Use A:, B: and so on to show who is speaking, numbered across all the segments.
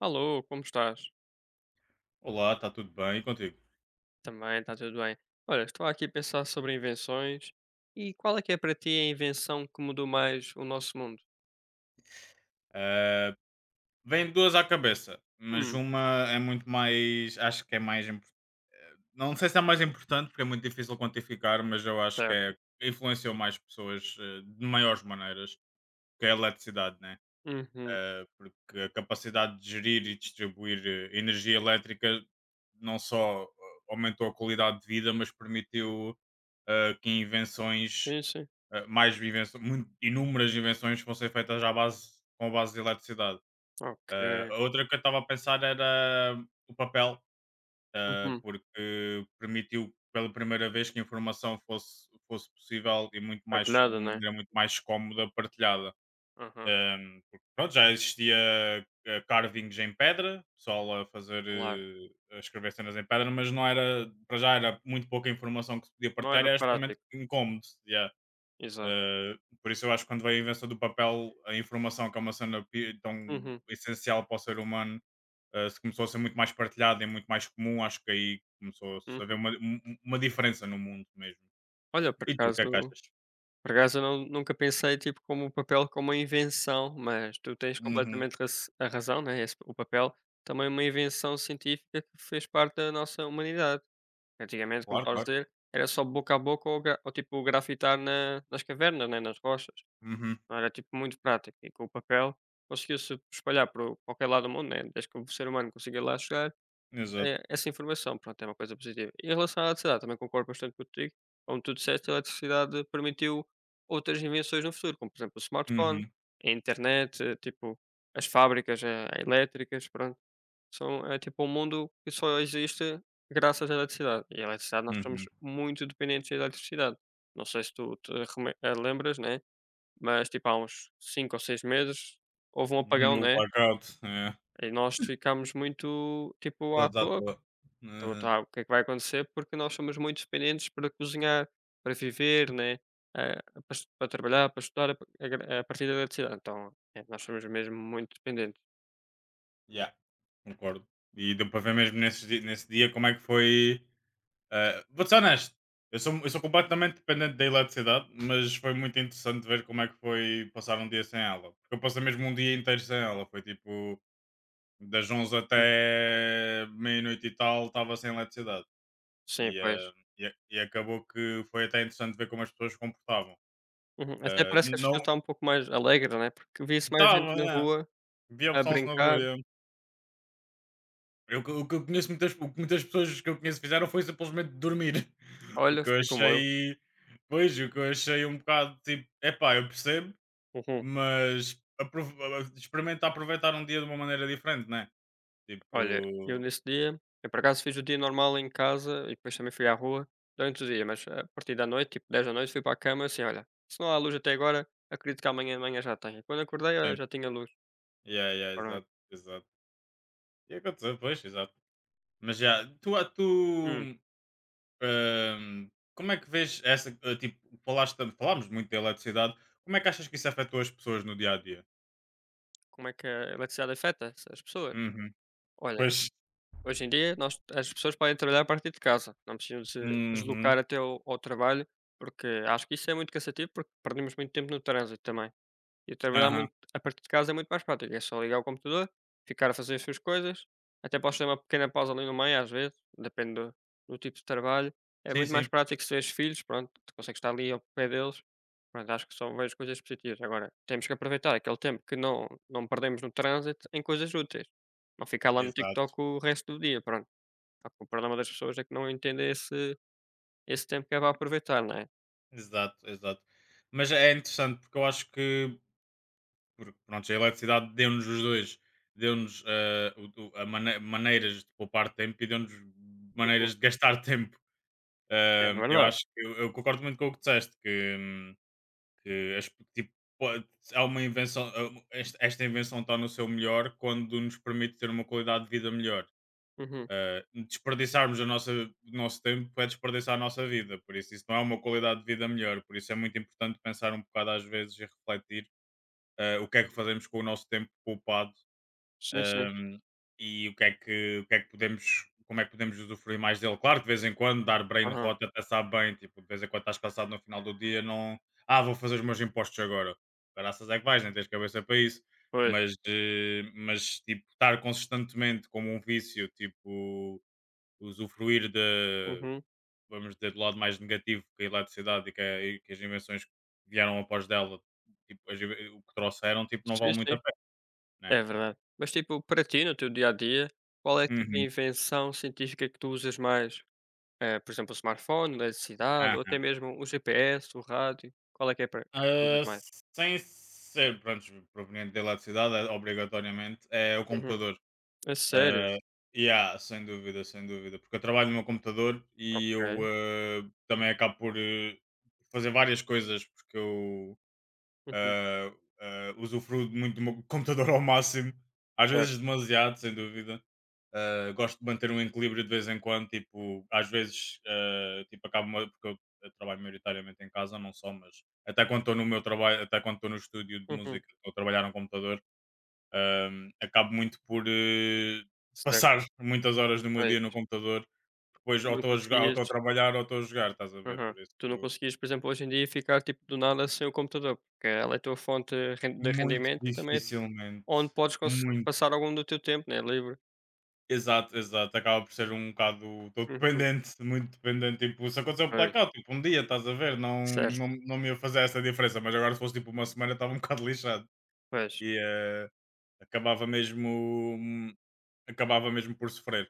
A: Alô, como estás?
B: Olá, está tudo bem? E contigo?
A: Também, está tudo bem. Olha, estou aqui a pensar sobre invenções. E qual é que é para ti a invenção que mudou mais o nosso mundo?
B: Eh, vem duas à cabeça, mas
A: Hum,
B: uma é muito mais. Acho que é mais. Não sei se é mais importante, porque é muito difícil quantificar, mas eu acho que
A: certo.
B: é, influenciou mais pessoas, de maiores maneiras, que é a eletricidade, né?
A: Uhum.
B: Porque a capacidade de gerir e distribuir energia elétrica não só aumentou a qualidade de vida, mas permitiu que invenções,
A: Sim, sim.
B: mais invenções, inúmeras invenções que vão ser feitas à base, com a base de eletricidade.
A: Ok.
B: A outra que eu estava a pensar era o papel,
A: Uhum.
B: porque permitiu pela primeira vez que a informação fosse possível e muito mais, de
A: Partilhada, né?
B: maneira muito mais cómoda partilhada.
A: Aham,
B: Eh, porque, pronto, já existia carvings em pedra, pessoal a fazer,
A: claro.
B: a escrever cenas em pedra, mas não era, para já era muito pouca informação que se podia
A: Não
B: partilhar
A: era
B: e era extremamente
A: prático.
B: incómodo.
A: Exato.
B: Uh, por isso eu acho que quando veio a invenção do papel, a informação que é uma cena tão
A: Uhum,
B: essencial para o ser humano, se começou a ser muito mais partilhada e muito mais comum, acho que aí começou a haver
A: uhum.
B: uma diferença no mundo mesmo.
A: Olha, por
B: E tu, o que é que
A: acaso,
B: achas?
A: por acaso eu não, nunca pensei tipo como o papel como uma invenção, mas tu tens
B: Uhum.
A: completamente a razão, né? O papel também é uma invenção científica que fez parte da nossa humanidade. Antigamente, como
B: Claro,
A: estavas
B: claro.
A: a dizer, era só boca a boca ou, ou tipo grafitar nas cavernas, né, nas rochas.
B: Uhum.
A: Não era tipo muito prático. E com o papel conseguiu-se espalhar para qualquer lado do mundo, né? Desde que o ser humano consiga lá chegar,
B: Exato.
A: é, essa informação pronto, é uma coisa positiva. E em relação à eletricidade, também concordo bastante contigo. Como tu disseste, a eletricidade permitiu outras invenções no futuro, como por exemplo o smartphone,
B: Uhum.
A: a internet, tipo as fábricas elétricas, pronto. São É tipo um mundo que só existe graças à eletricidade, e a eletricidade nós somos
B: Uhum.
A: muito dependentes da eletricidade. Não sei se tu te lembras, né, mas tipo há uns 5 ou 6 meses houve um apagão,
B: Uhum. O
A: né,
B: blackout, é.
A: e nós ficámos muito tipo à
B: Todos à
A: toa,
B: toa.
A: então
B: Uhum.
A: tá, o que é que vai acontecer? Porque nós somos muito dependentes para cozinhar, para viver, né, para es para trabalhar, para estudar a pa a gra a partir da eletricidade, então, é, nós somos mesmo muito dependentes.
B: Yeah, concordo. E deu para ver mesmo nesse dia como é que foi. Vou-te ser honesto, eu sou completamente dependente da eletricidade, mas foi muito interessante ver como é que foi passar um dia sem ela. Porque eu passei mesmo um dia inteiro sem ela, foi tipo das 11 até meia-noite e tal, estava sem eletricidade.
A: Sim,
B: E,
A: pois.
B: eh, e acabou que foi até interessante ver como as pessoas se comportavam.
A: Uhum. Até
B: Eh,
A: parece que as pessoas
B: não
A: estão um pouco mais alegres, né, porque via-se mais gente
B: estava,
A: na
B: né?
A: rua
B: Via o
A: a
B: pessoal se na rua.
A: brincar.
B: É. O que muitas pessoas que eu conheço fizeram foi simplesmente dormir. O
A: Olha,
B: que eu
A: foi como eu.
B: achei. Pois, o que eu achei um bocado tipo. Epá, eu percebo,
A: Uhum.
B: mas experimenta aproveitar um dia de uma maneira diferente, né?
A: Olha, eu
B: Tipo.
A: nesse dia eu por acaso fiz o dia normal em casa e depois também fui à rua durante o dia, mas a partir da noite, tipo 10 da noite, fui para a cama assim: "Olha, se não há luz até agora, acredito que amanhã de manhã já tenha". Quando acordei, olha,
B: Sim.
A: já tinha luz.
B: Yeah, yeah,
A: Pronto.
B: exato, exato. E aconteceu, pois, exato. Mas já, tu. Ah, tu
A: Hum,
B: como é que vês essa. Tipo, falámos muito da eletricidade. Como é que achas que isso afetou as pessoas no dia a dia?
A: como é que a eletricidade afeta as pessoas?
B: Uhum.
A: Olha,
B: Pois.
A: hoje em dia, nós as pessoas podem trabalhar a partir de casa, não precisam se deslocar
B: Uhum.
A: até ao trabalho, porque acho que isso é muito cansativo, porque perdemos muito tempo no trânsito também. E trabalhar
B: Aham.
A: muito a partir de casa é muito mais prático, é só ligar o computador, ficar a fazer as suas coisas, até posso ter uma pequena pausa ali no meio às vezes, depende do tipo de trabalho. É
B: Sim,
A: muito mais
B: sim,
A: prático se tens filhos, pronto, tu consegues estar ali ao pé deles. Pronto, acho que são várias coisas positivas. Agora, temos que aproveitar aquele tempo que não perdemos no trânsito em coisas úteis. Não ficar lá no TikTok
B: exato,
A: o resto do dia, pronto. Só que o problema das pessoas é que não entendem esse tempo que é para aproveitar, não é?
B: exato, exato. Mas é interessante porque eu acho que porque, pronto, a eletricidade deu-nos os dois, deu-nos maneiras de poupar tempo e deu-nos
A: Uhum.
B: maneiras de gastar tempo.
A: É
B: Eu
A: verdade.
B: acho que eu concordo muito com o que disseste, que tipo, há uma invenção, esta invenção está no seu melhor quando nos permite ter uma qualidade de vida melhor.
A: Uhum.
B: Desperdiçarmos a nossa, o nosso tempo é desperdiçar a nossa vida, por isso isso não é uma qualidade de vida melhor, por isso é muito importante pensar um bocado às vezes e refletir o que é que fazemos com o nosso tempo poupado,
A: Sim, sim.
B: um, e o que, é que, o que é que podemos, como é que podemos usufruir mais dele. Claro que de vez em quando dar brain
A: Aham.
B: rot até sabe bem, tipo, de vez em quando estás cansado no final do dia, não, vou fazer os meus impostos agora. Graças é que vais, nem tens cabeça para isso.
A: Pois.
B: Mas, mas tipo, estar consistentemente como um vício, tipo, usufruir de,
A: Uhum.
B: vamos dizer, do lado mais negativo que a eletricidade e que, e que as invenções que vieram após dela, tipo, o que trouxeram, tipo, não
A: Sim,
B: vale muito
A: sim,
B: a pena, né?
A: é verdade. Mas, tipo, para ti, no teu dia a dia, qual é tipo a
B: Uhum.
A: invenção científica que tu usas mais? Por exemplo, o smartphone, eletricidade
B: Ah,
A: ou até mesmo o GPS, o rádio? Qual é que é para que tu usas
B: ah,
A: mais?
B: sem ser pronto, proveniente da eletricidade, é, obrigatoriamente, é o
A: Uhum.
B: computador.
A: A sério?
B: Ah, yeah, sem dúvida, sem dúvida. Porque eu trabalho no meu computador e eu
A: Ok.
B: também acabo por fazer várias coisas, porque eu
A: Uhum.
B: ah, usufruo muito do meu computador ao máximo, às
A: Certo.
B: vezes demasiado, sem dúvida. Gosto de manter um equilíbrio de vez em quando, tipo, às vezes, tipo, acabo, porque eu trabalho maioritariamente em casa, não só, mas até quando estou no meu trabalho, até quando estou no estúdio de
A: Uhum.
B: música, estou a trabalhar no computador, acabo muito por
A: Certo.
B: passar muitas horas do meu dia
A: Pois.
B: no computador, depois
A: Tu
B: ou
A: não
B: estou a jogar, ou
A: conseguias
B: estou a trabalhar, ou estou a jogar, estás a ver?
A: Aham.
B: Por isso,
A: Tu não conseguias, por exemplo, hoje em dia ficar tipo do nada sem o computador, porque ela é a tua fonte de
B: muito
A: rendimento e também é
B: dificilmente,
A: onde podes
B: muito
A: passar algum do teu tempo, né? Livre.
B: exato, exato. Acaba por ser um bocado. Estou
A: Uhum.
B: dependente, muito dependente. Tipo, se aconteceu um
A: Pois.
B: blackout, tipo, um dia, estás a ver? Não,
A: Certo.
B: não, não me ia fazer essa diferença, mas agora se fosse tipo uma semana, estava um bocado lixado.
A: Pois.
B: E acabava mesmo. Acabava mesmo por sofrer.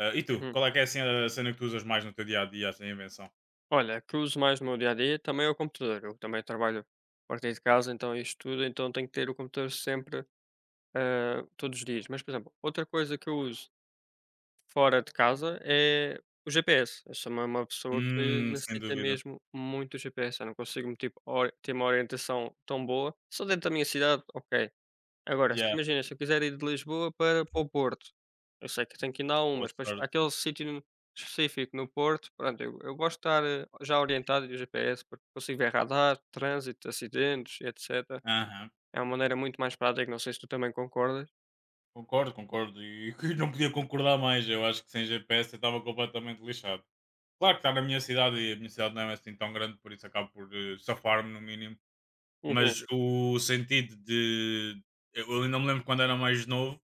B: E tu?
A: Uhum.
B: Qual é que é assim, a cena que tu usas mais no teu dia a dia, assim, a invenção?
A: Olha, o que eu uso mais no meu dia a dia também é o computador. Eu também trabalho a partir de casa, então isto tudo, então tenho que ter o computador sempre, todos os dias. Mas, por exemplo, outra coisa que eu uso fora de casa é o GPS. Eu sou uma pessoa que
B: Sem
A: necessita
B: dúvida.
A: mesmo muito do GPS. Eu não consigo tipo, ter uma orientação tão boa. Só dentro da minha cidade, ok. Agora, se
B: Yeah,
A: imagina, se eu quiser ir de Lisboa para o Porto, eu sei que tenho que ir na um,
B: boa
A: mas depois
B: sorte.
A: aquele sítio específico no Porto, pronto, eu gosto de estar, já orientado do GPS, porque consigo ver radar, trânsito, acidentes, e etcétera.
B: Aham.
A: É uma maneira muito mais prática, não sei se tu também concordas.
B: Concordo, concordo. E não podia concordar mais. Eu acho que sem GPS eu estava completamente lixado. Claro que está na minha cidade e a minha cidade não é assim tão grande, por isso acabo por safar-me no mínimo.
A: Uhum,
B: Mas o sentido de. Eu ainda me lembro quando era mais novo,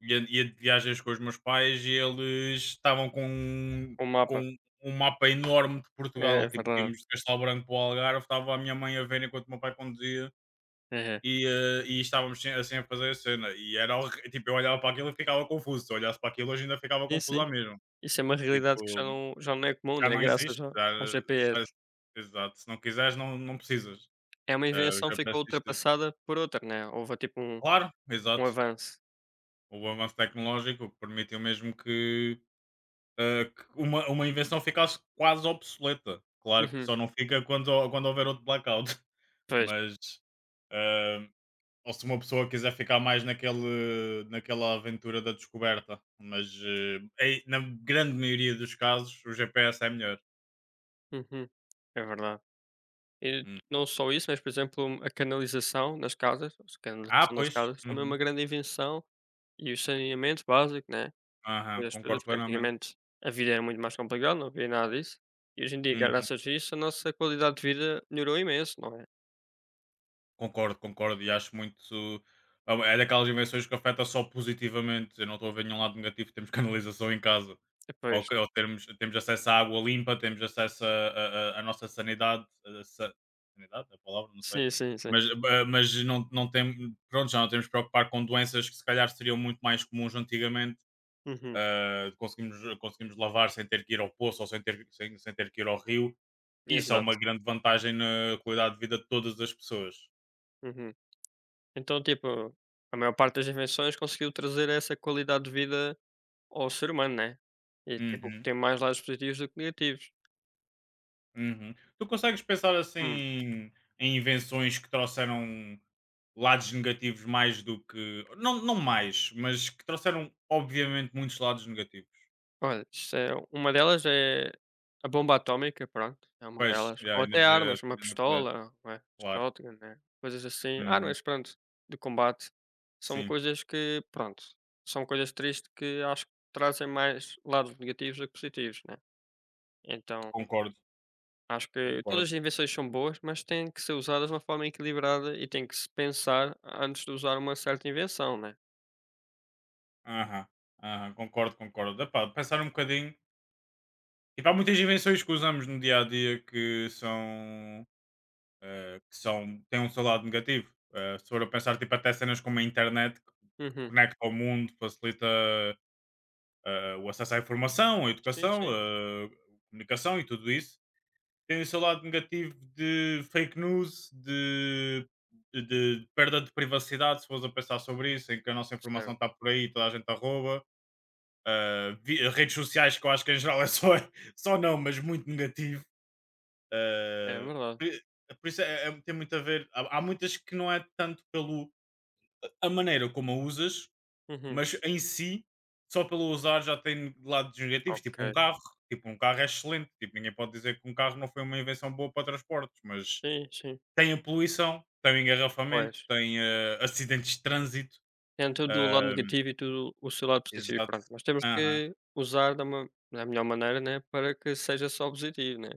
B: ia de viagens com os meus pais e eles estavam
A: o mapa.
B: com um mapa enorme de
A: É
B: Portugal. Tipo,
A: verdade.
B: íamos de Castelo Branco para o Algarve, estava a minha mãe a ver enquanto o meu pai conduzia
A: Aham.
B: e, e estávamos assim a fazer a cena. E era tipo, eu olhava para aquilo e ficava confuso. Se eu olhasse para aquilo hoje ainda ficava
A: Sim, sim.
B: confuso à mesma.
A: Isso é uma
B: Tipo.
A: realidade que já não é comum,
B: Já
A: né,
B: não
A: graças
B: existe,
A: ao
B: já
A: ao
B: já
A: GPS.
B: exato, se não quiseres não não precisas.
A: É uma
B: Os
A: invenção que ficou
B: APS
A: ultrapassada por outra, né, houve, tipo, um
B: claro,
A: um
B: exato.
A: avanço.
B: O avanço tecnológico permitiu mesmo que, que uma invenção ficasse quase obsoleta. Claro que
A: Uhum.
B: só não fica quando houver outro blackout,
A: Pois.
B: mas, ah, ou se uma pessoa quiser ficar mais naquele naquela aventura da descoberta, mas, ei, na grande maioria dos casos o GPS é melhor.
A: Uhum. É verdade. E
B: Hum.
A: não só isso, mas, por exemplo, a canalização nas casas, a
B: Ah,
A: canalização das
B: pois.
A: casas também é
B: Uhum.
A: uma grande invenção e o saneamento básico, né,
B: Aham,
A: coisas
B: concordo
A: todas, porque
B: plenamente.
A: antigamente a vida era muito mais complicada, não havia nada disso. E hoje em dia,
B: Uhum,
A: graças a isso, a nossa qualidade de vida melhorou imenso, não é?
B: concordo, concordo e acho muito é daquelas invenções que afeta só positivamente, eu não estou a ver nenhum lado negativo, temos canalização em casa,
A: Pois.
B: ou que ou termos temos acesso à água limpa, temos acesso a à nossa sanidade, a sa sanidade é a palavra? Não sei,
A: Sim, sim, sim.
B: mas ba mas não não tem pronto, já não temos de preocupar com doenças que se calhar seriam muito mais comuns antigamente,
A: Uhum.
B: conseguimos lavar sem ter que ir ao poço ou sem ter que ir ao rio, isso é uma
A: Exato.
B: grande vantagem na qualidade de vida de todas as pessoas.
A: Uhum. Então, tipo, a maior parte das invenções conseguiu trazer essa qualidade de vida ao ser humano, né? E tipo,
B: Uhum,
A: tem mais lados positivos do que negativos.
B: uhum. Tu consegues pensar
A: Hum.
B: assim em invenções que trouxeram lados negativos mais do que. Não, não mais, mas que trouxeram, obviamente, muitos lados negativos.
A: Olha, isso é uma delas é a bomba atómica, pronto, é uma
B: Pois,
A: delas.
B: já,
A: Ou
B: a
A: até
B: energia
A: armas, uma
B: nuclear,
A: pistola, não é?
B: claro.
A: Shotgun, né? Coisas assim.
B: Uhum,
A: Armas, pronto, de combate. São
B: sim,
A: coisas que, pronto, são coisas tristes que acho que trazem mais lados negativos do que positivos, né? Então,
B: concordo,
A: acho que
B: concordo.
A: todas as invenções são boas, mas têm que ser usadas de uma forma equilibrada e tem que se pensar antes de usar uma certa invenção, né?
B: Aham, aham, concordo, concordo. Epá, pensar um bocadinho. Tipo, há muitas invenções que usamos no dia a dia que são que são, têm um seu lado negativo. Se for a pensar tipo, até cenas como a internet que
A: Uhum.
B: que conecta ao mundo, facilita o acesso à informação, à
A: Sim,
B: educação,
A: sim.
B: comunicação e tudo isso, tem o seu lado negativo de fake news, de, de perda de privacidade, se fores a pensar sobre isso, em que a nossa informação
A: Certo.
B: está por aí, toda a gente a rouba. Redes sociais que eu acho que em geral é só, só não, mas muito negativo
A: É
B: ah,
A: verdade.
B: por isso é, tem muito a ver. Há, há muitas que não é tanto pelo a maneira como a usas,
A: Uhum.
B: mas em si, só pelo usar já tem lados negativos, tipo um
A: Ok.
B: carro. Tipo, um carro é excelente. Tipo, ninguém pode dizer que um carro não foi uma invenção boa para transportes, mas
A: Sim, sim.
B: tem a poluição, tem o
A: Pois.
B: engarrafamento, tem acidentes de trânsito.
A: Tem tudo o lado
B: ah,
A: negativo e tudo o seu lado positivo,
B: Exato.
A: pronto. Mas temos que usar da melhor maneira, né, para que seja só positivo, né.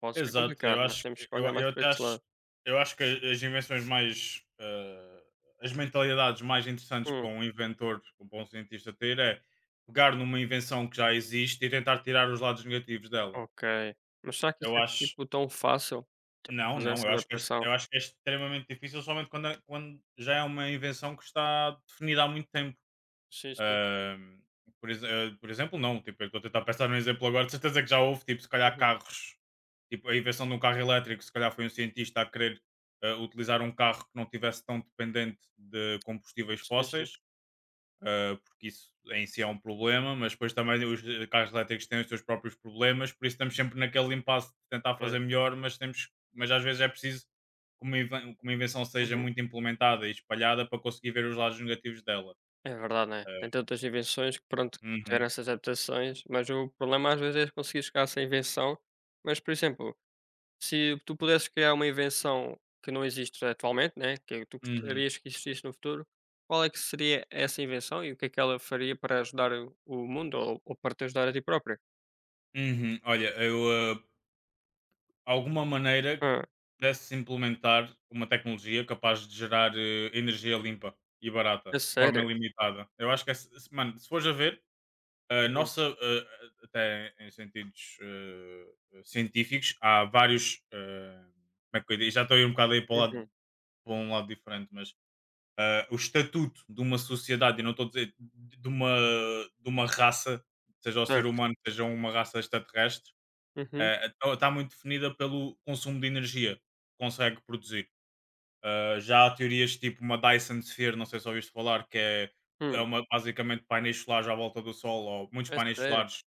A: Pode ser
B: Exato, eu
A: complicado, mas
B: acho
A: temos
B: que
A: que olhar mais para esse lado.
B: eu acho que as invenções mais, as mentalidades mais interessantes
A: Hum,
B: para um inventor, para um cientista ter é pegar numa invenção que já existe e tentar tirar os lados negativos dela.
A: ok. Mas será que isso
B: Eu
A: é,
B: acho
A: tipo, tão fácil? Tipo,
B: não,
A: fazer
B: não,
A: essa
B: eu acho que é ex
A: adaptação?
B: eu acho que é extremamente difícil somente quando é quando já é uma invenção que está definida há muito tempo.
A: Sim, sim.
B: Ahm, por, por exemplo, não. Tipo, eu estou a tentar pensar num exemplo agora. De certeza que já houve, tipo, se calhar
A: Uhum.
B: carros. Tipo, a invenção de um carro elétrico, se calhar foi um cientista a querer utilizar um carro que não tivesse tão dependente de combustíveis
A: Sim, sim.
B: fósseis, porque isso em si é um problema, mas depois também os carros elétricos têm os seus próprios problemas, por isso estamos sempre naquele impasse de tentar fazer
A: Pois.
B: melhor, mas temos, mas às vezes é preciso que uma invenção seja
A: Uhum.
B: muito implementada e espalhada para conseguir ver os lados negativos dela.
A: É verdade, né.
B: Eh,
A: Tem tantas invenções que, pronto, tiveram
B: uhum.
A: essas adaptações, mas o problema às vezes é conseguir chegar a essa invenção. Mas, por exemplo, se tu pudesses criar uma invenção que não existe atualmente, né, que tu
B: Uhum,
A: gostarias que existisse no futuro, qual é que seria essa invenção e o que é que ela faria para ajudar o mundo ou para te ajudar a ti própria?
B: uhum. Olha, eu, alguma maneira que
A: Ah,
B: pudesse implementar uma tecnologia capaz de gerar energia limpa e barata,
A: é
B: de forma
A: sério?
B: ilimitada. Eu acho que, mano, se fores a ver, a
A: Uhum,
B: nossa, até em sentidos científicos, há vários. Como é que eu ia dizer? Já estou a ir um bocado aí para, o
A: uhum,
B: lado, para um lado diferente, mas o estatuto de uma sociedade, e não estou a dizer de uma, de uma raça, seja o ser
A: certo.
B: humano, seja uma raça extraterrestre.
A: Uhum,
B: Está muito definida pelo consumo de energia que consegue produzir. Já há teorias tipo uma Dyson Sphere, não sei se ouviste falar, que é,
A: hum,
B: é uma, basicamente painéis solares à volta do Sol, ou muitos
A: é
B: painéis
A: sério?
B: solares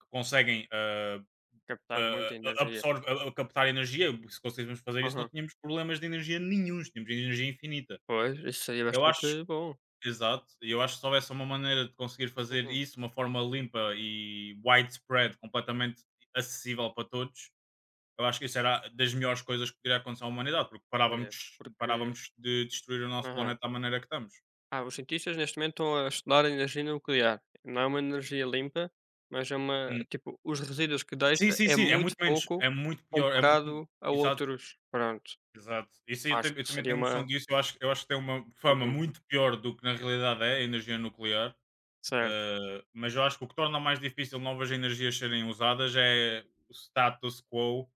B: que conseguem
A: Captar muita energia.
B: absorver, a captar energia. Se conseguíssemos fazer isso, não
A: Aham.
B: tínhamos problemas de energia nenhuns, tínhamos energia infinita.
A: Pois, isso seria
B: Eu acho,
A: bastante bom.
B: exato, e eu acho que se houvesse uma maneira de conseguir fazer
A: Uhum.
B: isso de uma forma limpa e widespread, completamente acessível para todos, eu acho que isso era das melhores coisas que poderia acontecer à humanidade, porque
A: Olha,
B: parávamos,
A: porque.
B: parávamos de destruir o nosso planeta da maneira que estamos.
A: Ah, os cientistas neste momento estão a estudar a energia nuclear. Não é uma energia limpa, mas é uma
B: Hum.
A: tipo, os resíduos que
B: Sim,
A: deixa
B: sim,
A: é
B: sim, é
A: muito
B: muito menos,
A: pouco
B: é muito pior, é muito.
A: comparado a
B: Exato,
A: outros. Pronto,
B: exato. Isso aí eu,
A: acho
B: eu
A: que
B: também
A: seria
B: tenho noção
A: uma
B: disso. Eu acho que tem uma fama
A: Uhum,
B: muito pior do que na realidade é a energia nuclear.
A: certo,
B: Mas eu acho que o que torna mais difícil novas energias serem usadas é o status quo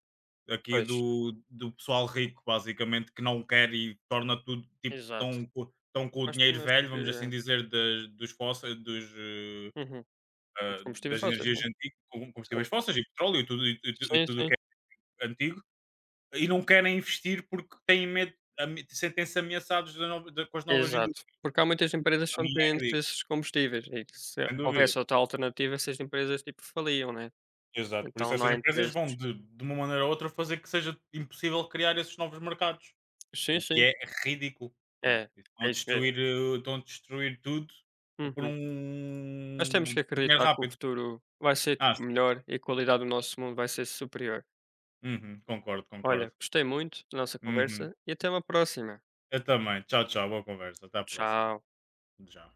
B: aqui
A: pois,
B: do pessoal rico, basicamente, que não quer e torna tudo tipo
A: exato.
B: tão, tão com o
A: Mas
B: dinheiro
A: temos
B: velho,
A: que
B: vamos assim dizer, das, dos fósseis, dos,
A: uhum, os combustíveis
B: das
A: fósseis,
B: energias
A: né?
B: antigas, com
A: Sim.
B: combustíveis fósseis e petróleo e tudo, e, e
A: Sim,
B: tudo o
A: sim,
B: que é antigo, e não querem investir porque têm medo, sentem-se ameaçados com as novas
A: exato.
B: indústrias.
A: Porque há muitas empresas que
B: Para
A: são
B: mim é
A: dependentes
B: ridículo,
A: desses combustíveis e que se
B: sem dúvida.
A: houvesse outra alternativa, essas empresas tipo faliam, né?
B: Exato, por isso
A: Então não
B: essas
A: há
B: empresas
A: interesses.
B: vão de uma maneira ou outra fazer que seja impossível criar esses novos mercados,
A: Sim,
B: o
A: sim,
B: que é ridículo, né?
A: é,
B: Estão a
A: é isso mesmo.
B: destruir, estão a destruir tudo por
A: Uhum. Nós temos que
B: um dinheiro
A: acreditar que o
B: rápido.
A: futuro vai ser
B: Ah,
A: tipo
B: sim.
A: melhor e a qualidade do nosso mundo vai ser superior.
B: Uhum, concordo,
A: Olha,
B: concordo.
A: gostei muito da nossa
B: Uhum.
A: conversa e até uma próxima.
B: Eu também. Tchau, tchau, boa conversa. Até à próxima.
A: Tchau.
B: Já.